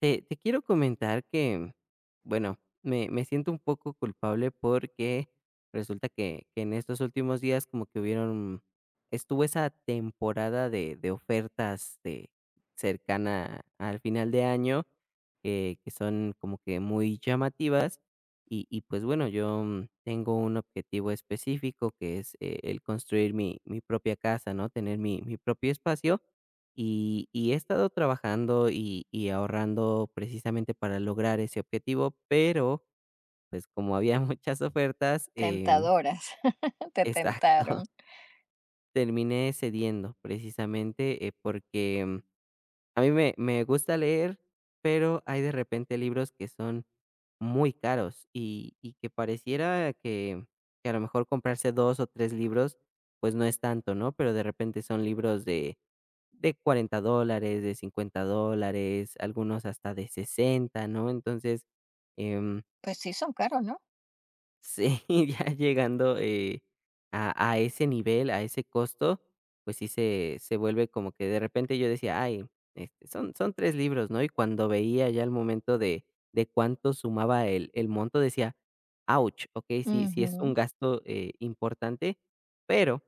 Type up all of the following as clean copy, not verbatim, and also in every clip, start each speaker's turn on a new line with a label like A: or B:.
A: Te quiero comentar que, bueno, me siento un poco culpable porque resulta que en estos últimos días como que hubieron, estuvo esa temporada de ofertas de cercana al final de año que son como que muy llamativas y pues bueno, yo tengo un objetivo específico que es el construir mi propia casa, ¿no? Tener mi propio espacio y he estado trabajando y ahorrando precisamente para lograr ese objetivo, pero, pues, como había muchas ofertas,
B: Tentadoras, te tentaron.
A: exacto, terminé cediendo precisamente, porque a mí me gusta leer, pero hay de repente libros que son muy caros y que pareciera que a lo mejor comprarse 2 o 3 libros, pues no es tanto, ¿no? Pero de repente son libros de $40, de $50, algunos hasta de 60, ¿no? Entonces, em
B: Pues sí, son caros, ¿no?
A: sí, ya llegando, a ese nivel, a ese costo, pues sí se vuelve como que de repente yo decía: "Ay, este, son 3 libros", ¿no? Y cuando veía ya el momento de cuánto sumaba el monto, decía: "Ouch, okey, sí es un
B: Ujú.
A: gasto, importante", pero,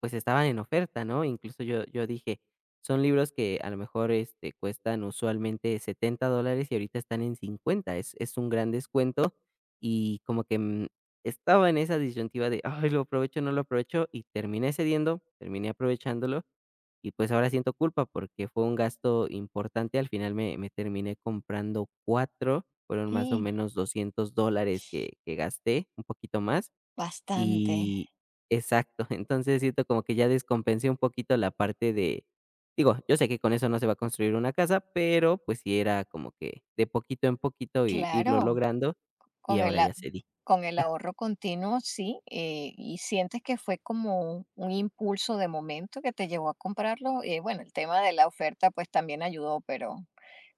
A: pues, estaban en oferta, ¿no? Incluso yo dije: "Son libros que a lo mejor, este, cuestan usualmente $70 y ahorita están en 50, es un gran descuento", y como que, estaba en esa disyuntiva de: "Ay, ¿lo aprovecho, no lo aprovecho?", y terminé cediendo, terminé aprovechándolo, y, pues, ahora siento culpa porque fue un gasto importante. Al final me terminé comprando cuatro, fueron más o
B: Y
A: menos $200 que gasté, un poquito más,
B: bastante,
A: y exacto. Entonces, siento como que ya descompensé un poquito la parte de digo, yo sé que con eso no se va a construir una casa, pero, pues, sí era como que de poquito en poquito i irlo
B: claro,
A: logrando, y
B: con el
A: ahora
B: a
A: ya cedí.
B: con el ahorro continuo, sí, y sientes que fue como un impulso de momento que te llevó a comprarlo, bueno, el tema de la oferta, pues, también ayudó, pero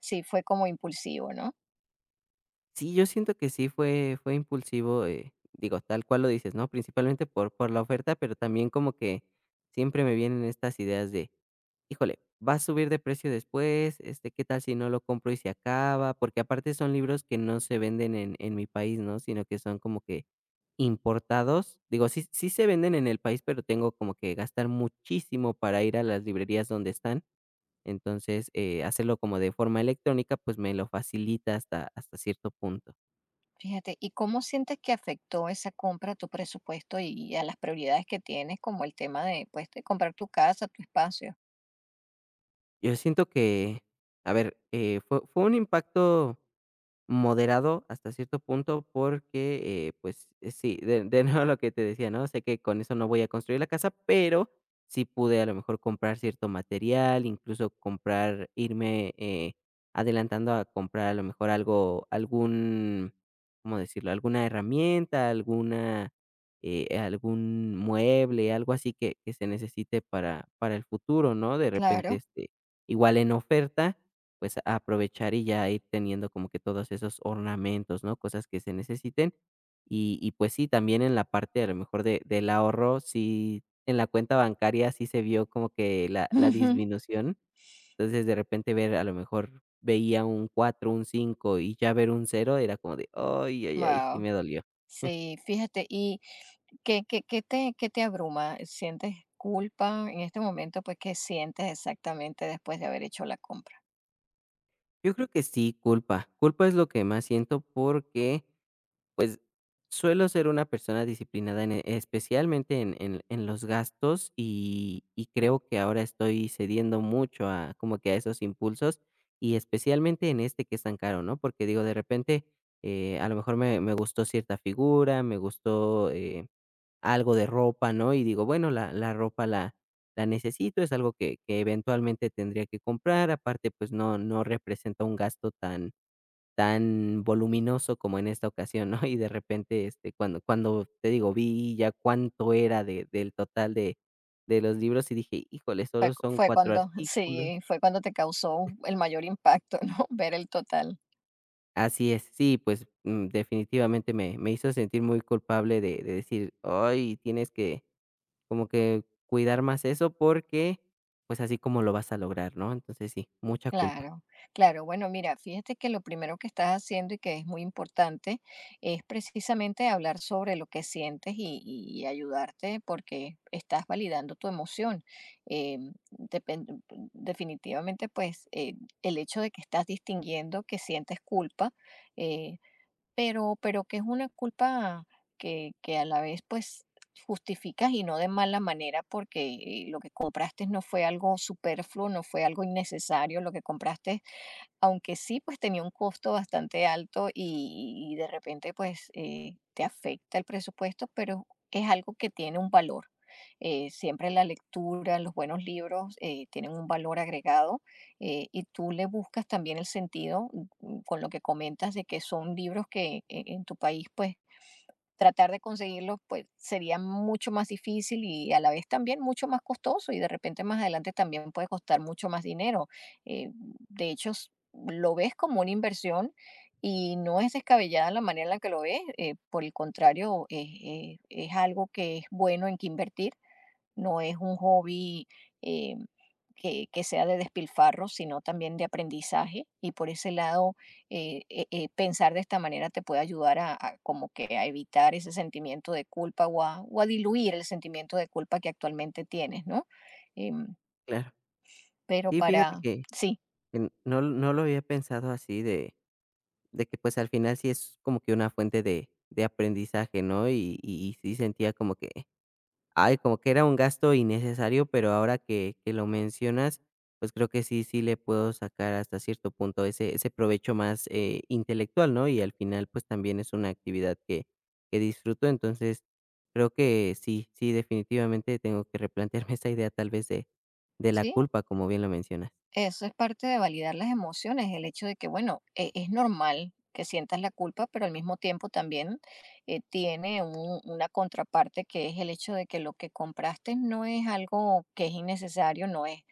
B: sí fue como impulsivo, ¿no?
A: Sí, yo siento que sí fue impulsivo, digo, tal cual lo dices, ¿no? Principalmente por la oferta, pero también como que siempre me vienen estas ideas de, híjole, va a subir de precio después, este, ¿qué tal si no lo compro y se acaba? Porque aparte son libros que no se venden en mi país, ¿no? Sino que son como que importados. Digo, sí se venden en el país, pero tengo como que gastar muchísimo para ir a las librerías donde están. Entonces, hacerlo como de forma electrónica, pues me lo facilita hasta cierto punto.
B: Fíjate, ¿y cómo sientes que afectó esa compra a tu presupuesto y a las prioridades que tienes, como el tema de, pues, de comprar tu casa, tu espacio?
A: Yo siento que, a ver, fue un impacto moderado hasta cierto punto porque, pues, sí, de nuevo lo que te decía, ¿no? Sé que con eso no voy a construir la casa, pero sí pude a lo mejor comprar cierto material, incluso comprar irme, adelantando a comprar a lo mejor algo, algún, ¿cómo decirlo? Alguna herramienta, alguna, algún mueble, algo así que se necesite para el futuro, ¿no? De repente,
B: Claro.
A: este, igual en oferta, pues, aprovechar y ya ir teniendo como que todos esos ornamentos, ¿no? Cosas que se necesiten. Y, pues sí, también en la parte, a lo mejor, de del ahorro, sí, en la cuenta bancaria sí se vio como que la disminución. Entonces, de repente ver, a lo mejor, veía un 4 un 5 y ya ver un cero era como de: "Ay, ay, ay", sí
B: Wow.
A: me dolió.
B: Sí, fíjate, ¿y qué te abruma? ¿Sientes culpa en este momento? Pues, ¿qué sientes exactamente después de haber hecho la compra?
A: Yo creo que sí, culpa. Culpa es lo que más siento porque, pues, suelo ser una persona disciplinada en especialmente en los gastos, y creo que ahora estoy cediendo mucho a como que a esos impulsos, y especialmente en este que es tan caro, ¿no? Porque digo, de repente, a lo mejor me gustó cierta figura, me gustó, algo de ropa, ¿no? Y digo, bueno, la ropa la necesito, es algo que eventualmente tendría que comprar, aparte, pues, no representa un gasto tan tan voluminoso como en esta ocasión, ¿no? Y de repente, este, cuando te digo, vi ya cuánto era de del total de los libros y dije: "Híjole, solo son
B: Fue
A: 4
B: cuando
A: artículos".
B: sí, fue cuando te causó el mayor impacto, ¿no? Ver el total.
A: Así es, sí, pues, definitivamente me hizo sentir muy culpable de decir: "Ay, tienes que como que cuidar más eso porque, pues, así como lo vas a lograr", ¿no? Entonces sí, mucha culpa.
B: Claro, claro. Bueno, mira, fíjate que lo primero que estás haciendo y que es muy importante es precisamente hablar sobre lo que sientes y ayudarte porque estás validando tu emoción. Eh, depen- Definitivamente, el hecho de que estás distinguiendo que sientes culpa, eh, pero que es una culpa que a la vez, pues, justificas y no de mala manera, porque, lo que compraste no fue algo superfluo, no fue algo innecesario, lo que compraste, aunque sí, pues tenía un costo bastante alto y de repente, pues, te afecta el presupuesto, pero es algo que tiene un valor. Siempre la lectura, los buenos libros, tienen un valor agregado, y tú le buscas también el sentido, mm, con lo que comentas de que son libros que en tu país, pues, tratar de conseguirlos pues sería mucho más difícil y a la vez también mucho más costoso y de repente más adelante también puede costar mucho más dinero. Eh, de hecho, lo ves como una inversión y no es descabellada la manera en la que lo ves, por el contrario, es algo que es bueno en que invertir, no es un hobby eh, que, sea de despilfarro, sino también de aprendizaje. Y por ese lado, pensar de esta manera te puede ayudar a como que a evitar ese sentimiento de culpa o a diluir el sentimiento de culpa que actualmente tienes, ¿no? Em,
A: Claro.
B: pero
A: Sí, fíjate
B: para, sí,
A: que no lo había pensado así de de que, pues, al final sí es como que una fuente de aprendizaje, ¿no? Y y sí sentía como que, ay, como que era un gasto innecesario, pero ahora que lo mencionas, pues, creo que sí le puedo sacar hasta cierto punto ese provecho más, intelectual, ¿no? Y al final, pues, también es una actividad que disfruto. Entonces, creo que sí, sí, definitivamente tengo que replantearme esa idea, tal vez, de la
B: sí,
A: culpa, como bien lo mencionas.
B: eso es parte de validar las emociones, el hecho de que, bueno, es normal que sientas la culpa, pero al mismo tiempo también tiene una contraparte que es el hecho de que lo que compraste no es algo que es innecesario, no es,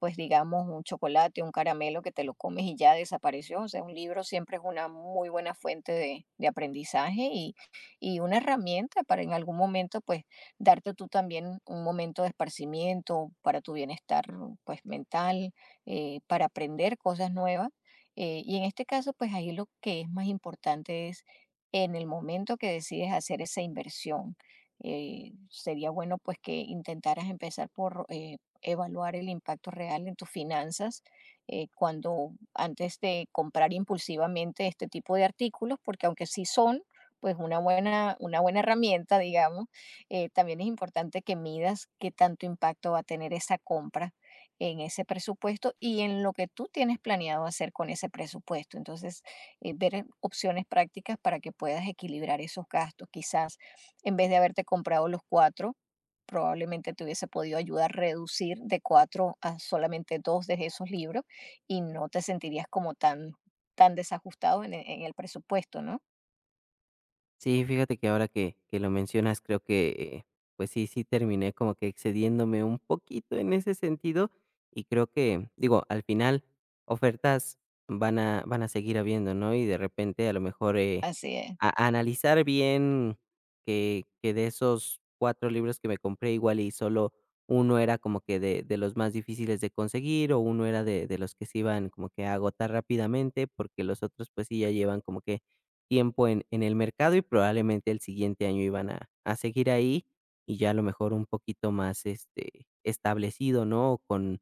B: pues digamos, un chocolate, un caramelo que te lo comes y ya desapareció. O sea, un libro siempre es una muy buena fuente de aprendizaje y una herramienta para en algún momento, pues, darte tú también un momento de esparcimiento para tu bienestar, pues, mental, para aprender cosas nuevas. Y en este caso, pues, ahí lo que es más importante es en el momento que decides hacer esa inversión. Sería bueno pues que intentaras empezar por evaluar el impacto real en tus finanzas, cuando antes de comprar impulsivamente este tipo de artículos, porque aunque sí son, pues una buena herramienta, digamos, también es importante que midas qué tanto impacto va a tener esa compra en ese presupuesto y en lo que tú tienes planeado hacer con ese presupuesto. Entonces, ver opciones prácticas para que puedas equilibrar esos gastos. Quizás en vez de haberte comprado los cuatro, probablemente te hubiese podido ayudar a reducir de cuatro a solamente dos de esos libros y no te sentirías como tan, tan desajustado en, en el presupuesto, ¿no?
A: Sí, fíjate que ahora que lo mencionas, creo que, pues sí, sí terminé como que excediéndome un poquito en ese sentido, y creo que, digo, al final ofertas van a seguir habiendo, ¿no? Y de repente, a lo mejor,
B: Así es.
A: a analizar bien que de esos 4 libros que me compré, igual y solo uno era como que de los más difíciles de conseguir, o uno era de los que se iban como que a agotar rápidamente, porque los otros, pues sí, ya llevan como que tiempo en el mercado y probablemente el siguiente año iban a seguir ahí y ya a lo mejor un poquito más, este, establecido, ¿no? O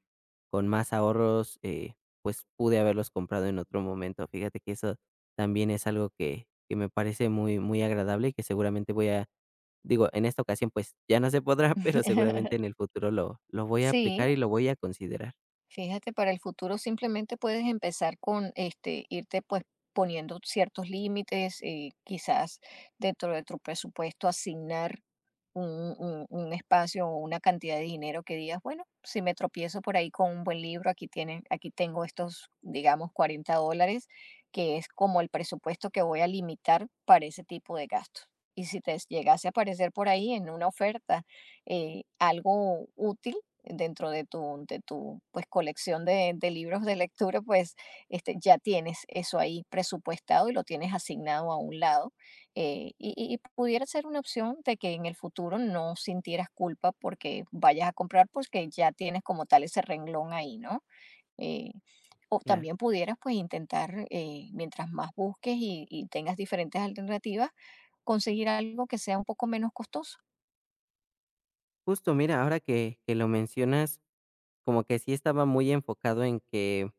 A: con más ahorros, pues, pude haberlos comprado en otro momento. Fíjate que eso también es algo que me parece muy muy agradable y que seguramente voy a digo, en esta ocasión, pues, ya no se podrá, pero seguramente en el futuro lo voy a
B: Sí,
A: aplicar y lo voy a considerar.
B: fíjate, para el futuro simplemente puedes empezar con este, irte pues poniendo ciertos límites, quizás dentro de tu presupuesto asignar un, un espacio o una cantidad de dinero que digas, bueno, si me tropiezo por ahí con un buen libro, aquí tienen, aquí tengo estos, digamos, $40, que es como el presupuesto que voy a limitar para ese tipo de gastos. Y si te llegase a aparecer por ahí en una oferta, algo útil, dentro de tu pues, colección de libros de lectura, pues este, ya tienes eso ahí presupuestado y lo tienes asignado a un lado. Y, y pudiera ser una opción de que en el futuro no sintieras culpa porque vayas a comprar, porque ya tienes como tal ese renglón ahí, ¿no? Eh, o
A: Claro.
B: también pudieras pues intentar, mientras más busques y tengas diferentes alternativas, conseguir algo que sea un poco menos costoso.
A: Justo, mira, ahora que lo mencionas, como que sí estaba muy enfocado en que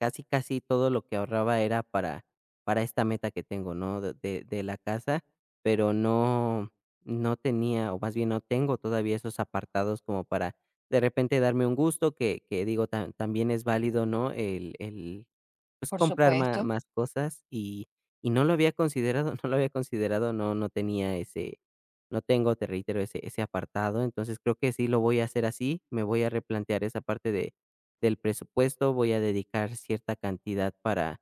A: casi, casi todo lo que ahorraba era para esta meta que tengo, ¿no? De la casa, pero no no tenía, o más bien no tengo todavía esos apartados como para de repente darme un gusto que digo también es válido, ¿no? Pues,
B: Por
A: comprar ma
B: supuesto.
A: más cosas y no lo había considerado, no lo había considerado, no tenía ese no tengo, te reitero, ese apartado. Entonces, creo que sí lo voy a hacer así. Me voy a replantear esa parte de del presupuesto, voy a dedicar cierta cantidad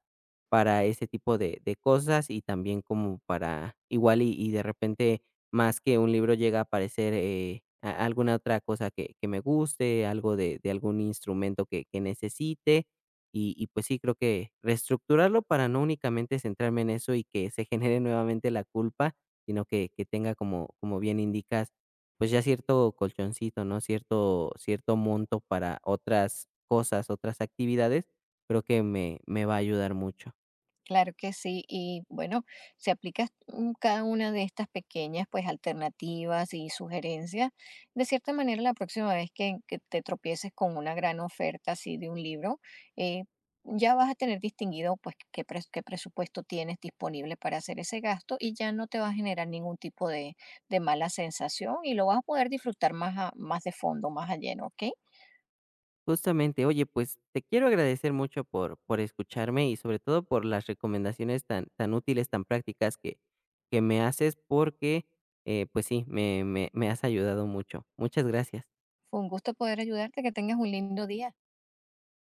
A: para ese tipo de cosas y también como para igual y de repente, más que un libro llega a aparecer, a alguna otra cosa que me guste, algo de algún instrumento que necesite. Y pues sí, creo que reestructurarlo para no únicamente centrarme en eso y que se genere nuevamente la culpa, sino que tenga, como como bien indicas, pues, ya cierto colchoncito, ¿no? Cierto cierto monto para otras cosas, otras actividades, creo que me va a ayudar mucho.
B: Claro que sí, y bueno, si aplicas mm, cada una de estas pequeñas pues alternativas y sugerencias, de cierta manera la próxima vez que te tropieces con una gran oferta así de un libro, eh, ya vas a tener distinguido pues qué, qué presupuesto tienes disponible para hacer ese gasto y ya no te va a generar ningún tipo de mala sensación y lo vas a poder disfrutar más, más de fondo, más a lleno, ¿ok?
A: Justamente, oye, pues, te quiero agradecer mucho por escucharme y, sobre todo, por las recomendaciones tan tan útiles, tan prácticas que me haces porque, pues sí, me has ayudado mucho. Muchas gracias.
B: Fue un gusto poder ayudarte, que tengas un lindo día.